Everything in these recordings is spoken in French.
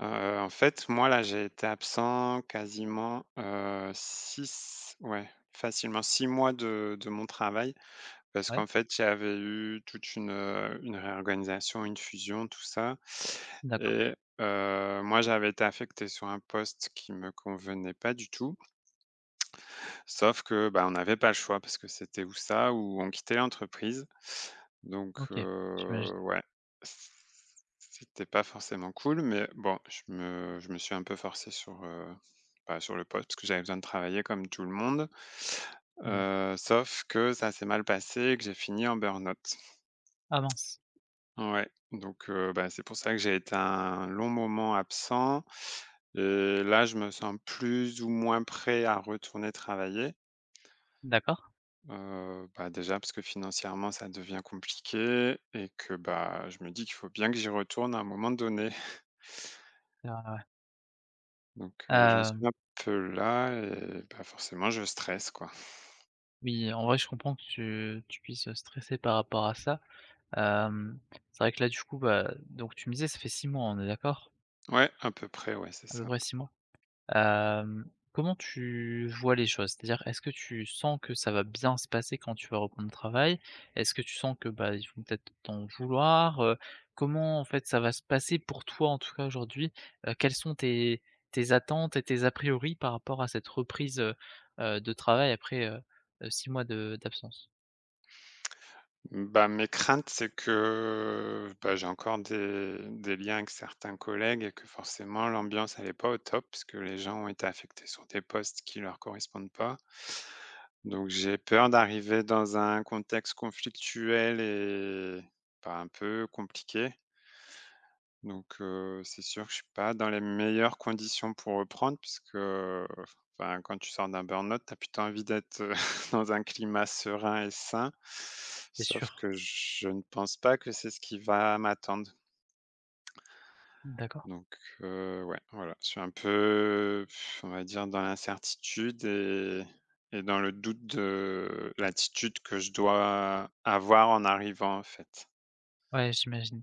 En fait, moi, là, j'ai été absent quasiment, 6 ouais, facilement 6 mois de mon travail parce Ouais, qu'en fait, j'avais eu toute une réorganisation, une fusion, tout ça d'accord, et moi, j'avais été affecté sur un poste qui me convenait pas du tout. Sauf que, bah, on n'avait pas le choix parce que c'était ou ça ou on quittait l'entreprise. Donc, OK, j'imagine. Ouais, c c'était pas forcément cool, mais bon, je me suis un peu forcé sur, bah, sur le poste parce que j'avais besoin de travailler comme tout le monde. Bah, Sauf que ça s'est mal passé et que j'ai fini en burn-out. ah mince, Ouais, donc, bah, c'est pour ça que j'ai été un long moment absent et là, je me sens plus ou moins prêt à retourner travailler. d'accord. Bah, déjà parce que financièrement ça devient compliqué et que, bah, je me dis qu'il faut bien que j'y retourne à un moment donné. C'est vrai, ouais. Donc j'en Hem, suis un peu là et bah, forcément je stresse quoi. oui, en vrai, je comprends que tu puisses, stresser par rapport à ça. Hem, c'est vrai que là, du coup, bah, donc tu me disais, ça fait 6 mois, on est d'accord? Ouais, à peu près, ouais, c'est À peu ça. près 6 mois? Hem, comment tu vois les choses? C'est-à-dire, est-ce que tu sens que ça va bien se passer quand tu vas reprendre le travail? Est-ce que tu sens que, bah, ils vont peut-être t'en vouloir? Comment, en fait, ça va se passer pour toi, en tout cas, aujourd'hui? Quelles sont tes tes attentes et tes a priori par rapport à cette reprise, de travail après, 6 mois de d'absence? Bah, mes craintes, c'est que, bah, j'ai encore des liens avec certains collègues et que forcément l'ambiance elle est pas au top, parce que les gens ont été affectés sur des postes qui leur correspondent pas. Donc j'ai peur d'arriver dans un contexte conflictuel et bah, un peu compliqué. Donc c'est sûr que je suis pas dans les meilleures conditions pour reprendre enfin, quand tu sors d'un burn-out, tu as plutôt envie d'être, dans un climat serein et sain. C'est Sauf sûr? que je ne pense pas que c'est ce qui va m'attendre. D'accord. Donc, ouais, voilà, je suis un peu, on va dire, dans l'incertitude et dans le doute de l'attitude que je dois avoir en arrivant, en fait. Ouais, j'imagine.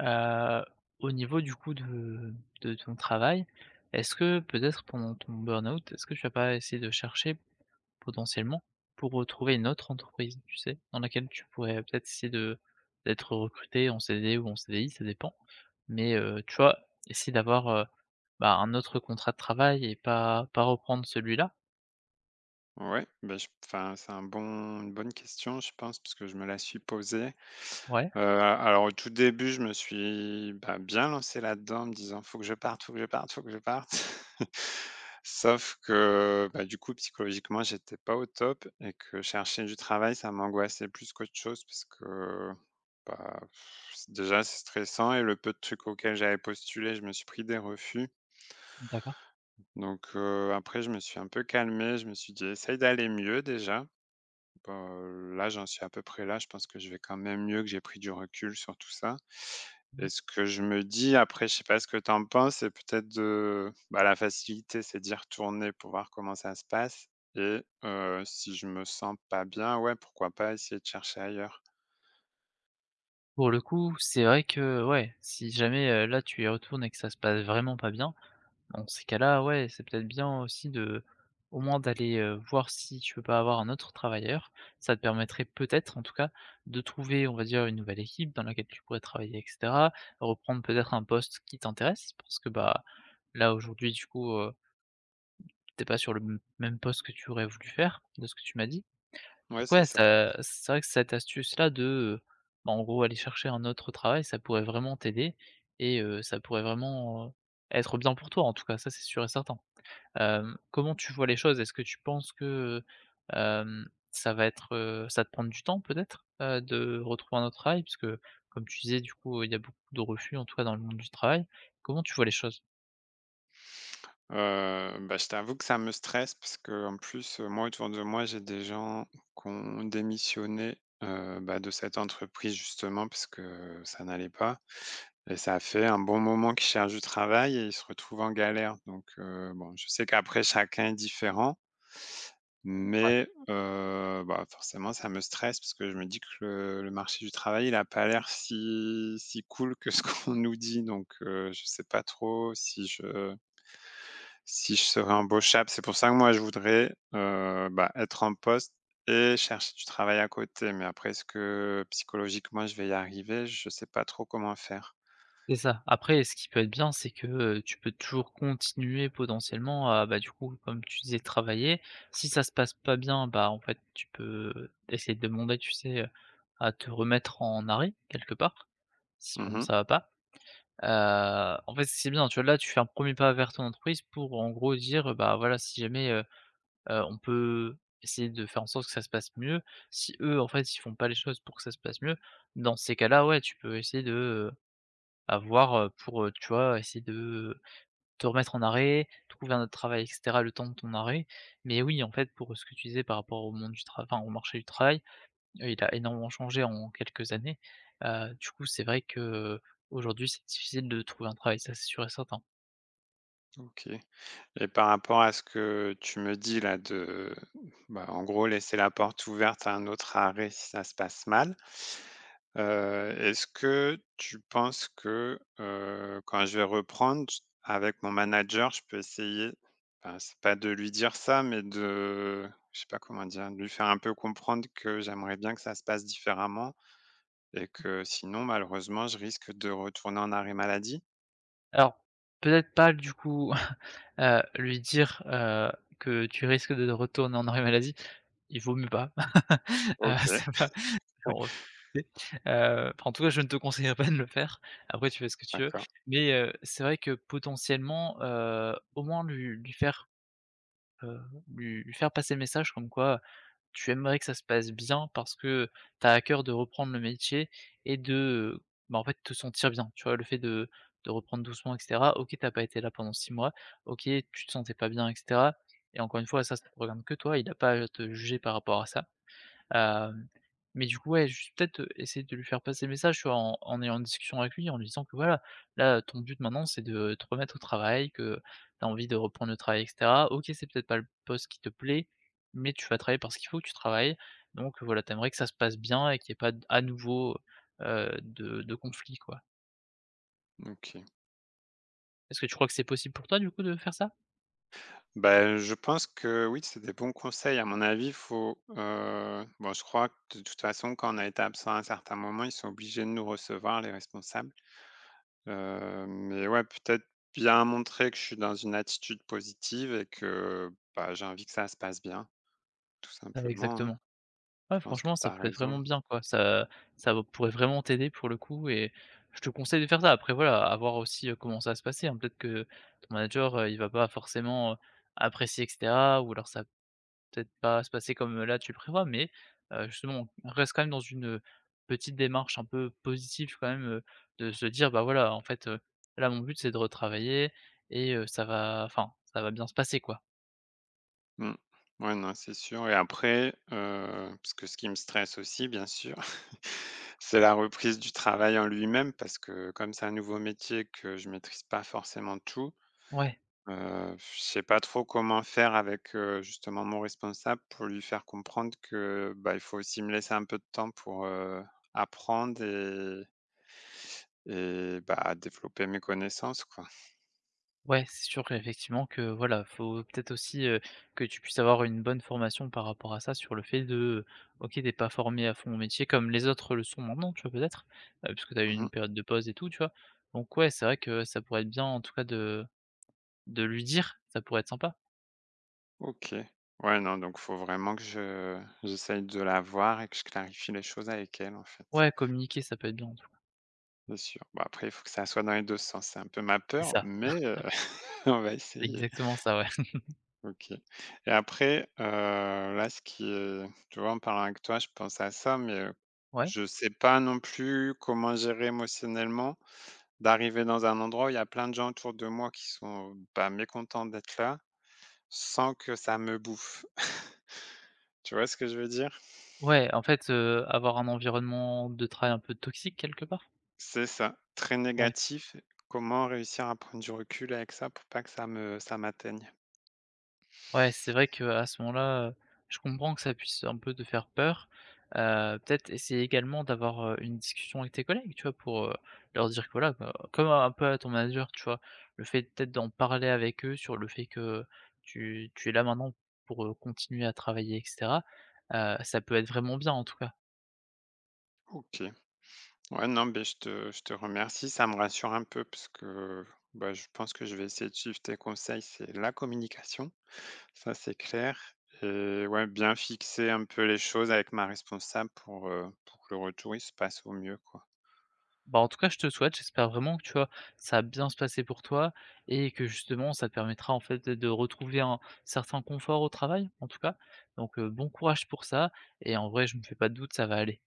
Heu, au niveau du coup de ton travail, est-ce que peut-être pendant ton burn-out, est-ce que tu as pas essayé de chercher potentiellement pour, retrouver une autre entreprise, tu sais? Dans laquelle tu pourrais peut-être essayer de d'être recruté en CDD ou en CDI, ça dépend. Mais, tu vois, essayer d'avoir, bah, un autre contrat de travail et pas reprendre celui-là? C'est un bon une bonne question, je pense, parce que je me la suis posée. Ouais, Alors, au tout début, je me suis, bah, bien lancé là-dedans en me disant : « Faut que je parte, faut que je parte, faut que je parte ». Sauf que, bah, du coup, psychologiquement, j'étais pas au top et que chercher du travail, ça m'angoissait plus qu'autre chose parce que, bah, déjà, c'est stressant et le peu de trucs auxquels j'avais postulé, je me suis pris des refus. d'accord. Donc après, je me suis un peu calmé, je me suis dit : « Essaye d'aller mieux déjà ». Là, j'en suis à peu près là. Je pense que je vais quand même mieux, que j'ai pris du recul sur tout ça et ce que je me dis après, je sais pas ce que tu en penses, c'est peut-être de bah, la facilité, c'est d'y retourner pour voir comment ça se passe et si je me sens pas bien, ouais, pourquoi pas essayer de chercher ailleurs. Pour le coup, c'est vrai que, ouais, si jamais, là tu y retournes et que ça se passe vraiment pas bien, dans ces cas-là, ouais, c'est peut-être bien aussi de au moins d'aller, voir si tu peux pas avoir un autre travailleur. Ça te permettrait peut-être, en tout cas, de trouver, on va dire, une nouvelle équipe dans laquelle tu pourrais travailler et cetera. Reprendre peut-être un poste qui t'intéresse parce que, bah, là, aujourd'hui, du coup, tu pas sur le m même poste que tu aurais voulu faire, de ce que tu m'as dit. Ouais, Donc c'est ouais, ça. ça c'est vrai que cette astuce-là de, bah, en gros, aller chercher un autre travail, ça pourrait vraiment t'aider et ça pourrait vraiment, être bien pour toi, en tout cas, ça, c'est sûr et certain. Comment tu vois les choses? Est-ce que tu penses que, ça va être, ça va te prendre du temps peut-être, de retrouver un autre travail? Parce que, comme tu disais, du coup, il y a beaucoup de refus, en tout cas dans le monde du travail. Comment tu vois les choses? Bah, je t'avoue que ça me stresse parce qu'en plus, moi, autour de moi, j'ai des gens qui ont démissionné, bah, de cette entreprise justement parce que ça n'allait pas. Et ça fait un bon moment qu'ils cherchent du travail et ils se retrouvent en galère. Donc, bon, je sais qu'après chacun est différent mais bah, forcément ça me stresse parce que je me dis que le marché du travail, il a pas l'air si cool que ce qu'on nous dit donc je sais pas trop si je serai embauchable. C'est pour ça que moi je voudrais, bah, être en poste et chercher du travail à côté mais après est-ce que psychologiquement je vais y arriver? Je sais pas trop comment faire. C'est ça. Après ce qui peut être bien, c'est que, tu peux toujours continuer potentiellement à, bah, du coup, comme tu disais, travailler. Si ça se passe pas bien, bah, en fait, tu peux essayer de demander, tu sais, à te remettre en arrêt quelque part, si vraiment Mmh. ça va pas. En fait, c'est bien, tu vois? Là, tu fais un premier pas vers ton entreprise pour, en gros, dire, bah, voilà, si jamais, on peut essayer de faire en sorte que ça se passe mieux. Si eux, en fait, ils font pas les choses pour que ça se passe mieux, dans ces cas-là, ouais, tu peux essayer de, bah, voir, pour, tu vois? Essayer de, te remettre en arrêt, trouver un autre travail et cetera, le temps de ton arrêt. Mais oui, en fait, pour ce que tu disais par rapport au monde du travail, enfin, au marché du travail, il a énormément changé en quelques années. Du coup, c'est vrai qu'aujourd'hui, c'est difficile de trouver un travail, ça, c'est sûr et certain. OK et par rapport à ce que tu me dis là de, bah, en gros, laisser la porte ouverte à un autre arrêt si ça se passe mal, est-ce que tu penses que, quand je vais reprendre j avec mon manager, je peux essayer, enfin, c'est pas de lui dire ça, mais de je sais pas comment dire? De lui faire un peu comprendre que j'aimerais bien que ça se passe différemment et que sinon malheureusement je risque de retourner en arrêt maladie? Alors, peut-être pas du coup, lui dire, que tu risques de retourner en arrêt maladie. Il vaut mieux pas. OK, ça va, on va éviter. Enfin, en tout cas, je ne te conseillerais pas de le faire. Après, tu fais ce que tu veux. d'accord. Mais, c'est vrai que potentiellement, au moins lui faire, heu, lui faire passer le message comme quoi tu aimerais que ça se passe bien parce que tu as à cœur de reprendre le métier et de, heu, bah, en fait, te sentir bien, tu vois? Le fait de reprendre doucement et cetera. OK, t'as pas été là pendant 6 mois. OK, tu te sentais pas bien et cetera et encore une fois, ça te regarde que toi, il n'a pas à te juger par rapport à ça. Hem, mais du coup, ouais, juste peut-être, essayer de lui faire passer le message, tu vois? En ayant une discussion avec lui, en lui disant que voilà, là, ton but maintenant, c'est de te remettre au travail, que tu as envie de reprendre le travail et cetera. OK, c'est peut-être pas le poste qui te plaît, mais tu vas travailler parce qu'il faut que tu travailles. Donc voilà, t'aimerais que ça se passe bien et qu'il y ait pas d à nouveau, de conflit, quoi. OK. Est-ce que tu crois que c'est possible pour toi, du coup, de faire ça? Ben, je pense que oui, c'est des bons conseils. À mon avis, faut, bon, je crois que de toute façon, quand on a été absent à un certain moment, ils sont obligés de nous recevoir, les responsables. Mais ouais, peut-être bien montrer que je suis dans une attitude positive et que, bah, j'ai envie que ça se passe bien, tout Ah, simplement, hein. exactement. Ouais, Je pense que franchement, tu ça as peut être vraiment raison. bien, quoi. Ça va pourrait vraiment t'aider, pour le coup et je te conseille de faire ça. Après, voilà, à voir aussi, comment ça va se passer, hein. Peut-être que ton manager, il va pas forcément, apprécier et cetera ou alors ça peut-être pas se passer comme, là tu le prévois, mais justement, on reste quand même dans une, petite démarche un peu positive quand même, de se dire: «Bah, voilà, en fait, là mon but c'est de retravailler et ça va enfin, ça va bien se passer, quoi». Mmh. Ouais, non, c'est sûr et après, parce que ce qui me stresse aussi, bien sûr, c'est la reprise du travail en lui-même parce que comme c'est un nouveau métier que je maîtrise pas forcément tout, Ouais, je sais pas trop comment faire avec, justement mon responsable pour lui faire comprendre que, bah, il faut aussi me laisser un peu de temps pour, apprendre et bah, développer mes connaissances, quoi. ouais, c'est sûr qu'effectivement que, voilà, faut peut-être aussi, que tu puisses avoir une bonne formation par rapport à ça sur le fait de, OK, t'es pas formé à fond au métier comme les autres le sont maintenant, tu vois, peut-être? Puisque t'as eu une Mmh. période de pause et tout, tu vois? Donc ouais, c'est vrai que ça pourrait être bien en tout cas de lui dire, ça pourrait être sympa. OK. Ouais, non, donc faut vraiment que je j'essaye de la voir et que je clarifie les choses avec elle, en fait. Ouais, communiquer, ça peut être bien en tout cas. C'est sûr. Bon, après, il faut que ça soit dans les 2 sens. C'est un peu ma C'est peur, ça, mais on va c'est essayer. exactement ça, ouais. OK et après, là, ce qui est tu vois, en parlant avec toi, je pense à ça, mais Ouais, je sais pas non plus comment gérer émotionnellement d'arriver dans un endroit où il y a plein de gens autour de moi qui sont, bah, mécontents d'être là, sans que ça me bouffe. Tu vois ce que je veux dire? ouais, en fait, avoir un environnement de travail un peu toxique quelque part? C'est ça, très Ouais. négatif. Comment réussir à prendre du recul avec ça pour pas que ça m'atteigne? Ouais, c'est vrai que à ce moment-là, je comprends que ça puisse un peu te faire peur. Peut-être essayer également d'avoir, une discussion avec tes collègues, tu vois? Pour, leur dire que voilà, quoi, comme un peu à ton manager, tu vois? Le fait peut-être d'en parler avec eux sur le fait que tu es là maintenant pour, continuer à travailler et cetera, ça peut être vraiment bien en tout cas. OK. Ouais, non, beh, je te remercie, ça me rassure un peu parce que, bah, je pense que je vais essayer de suivre tes conseils. C'est la communication, ça, c'est clair et ouais, bien fixer un peu les choses avec ma responsable pour que le retour, il se passe au mieux, quoi. Bah, en tout cas, je te souhaite. J'espère vraiment que, tu vois, ça va bien se passer pour toi et que justement, ça te permettra en fait de retrouver un certain confort au travail, en tout cas. Donc, bon courage pour ça et en vrai, je ne me fais pas de doute, ça va aller.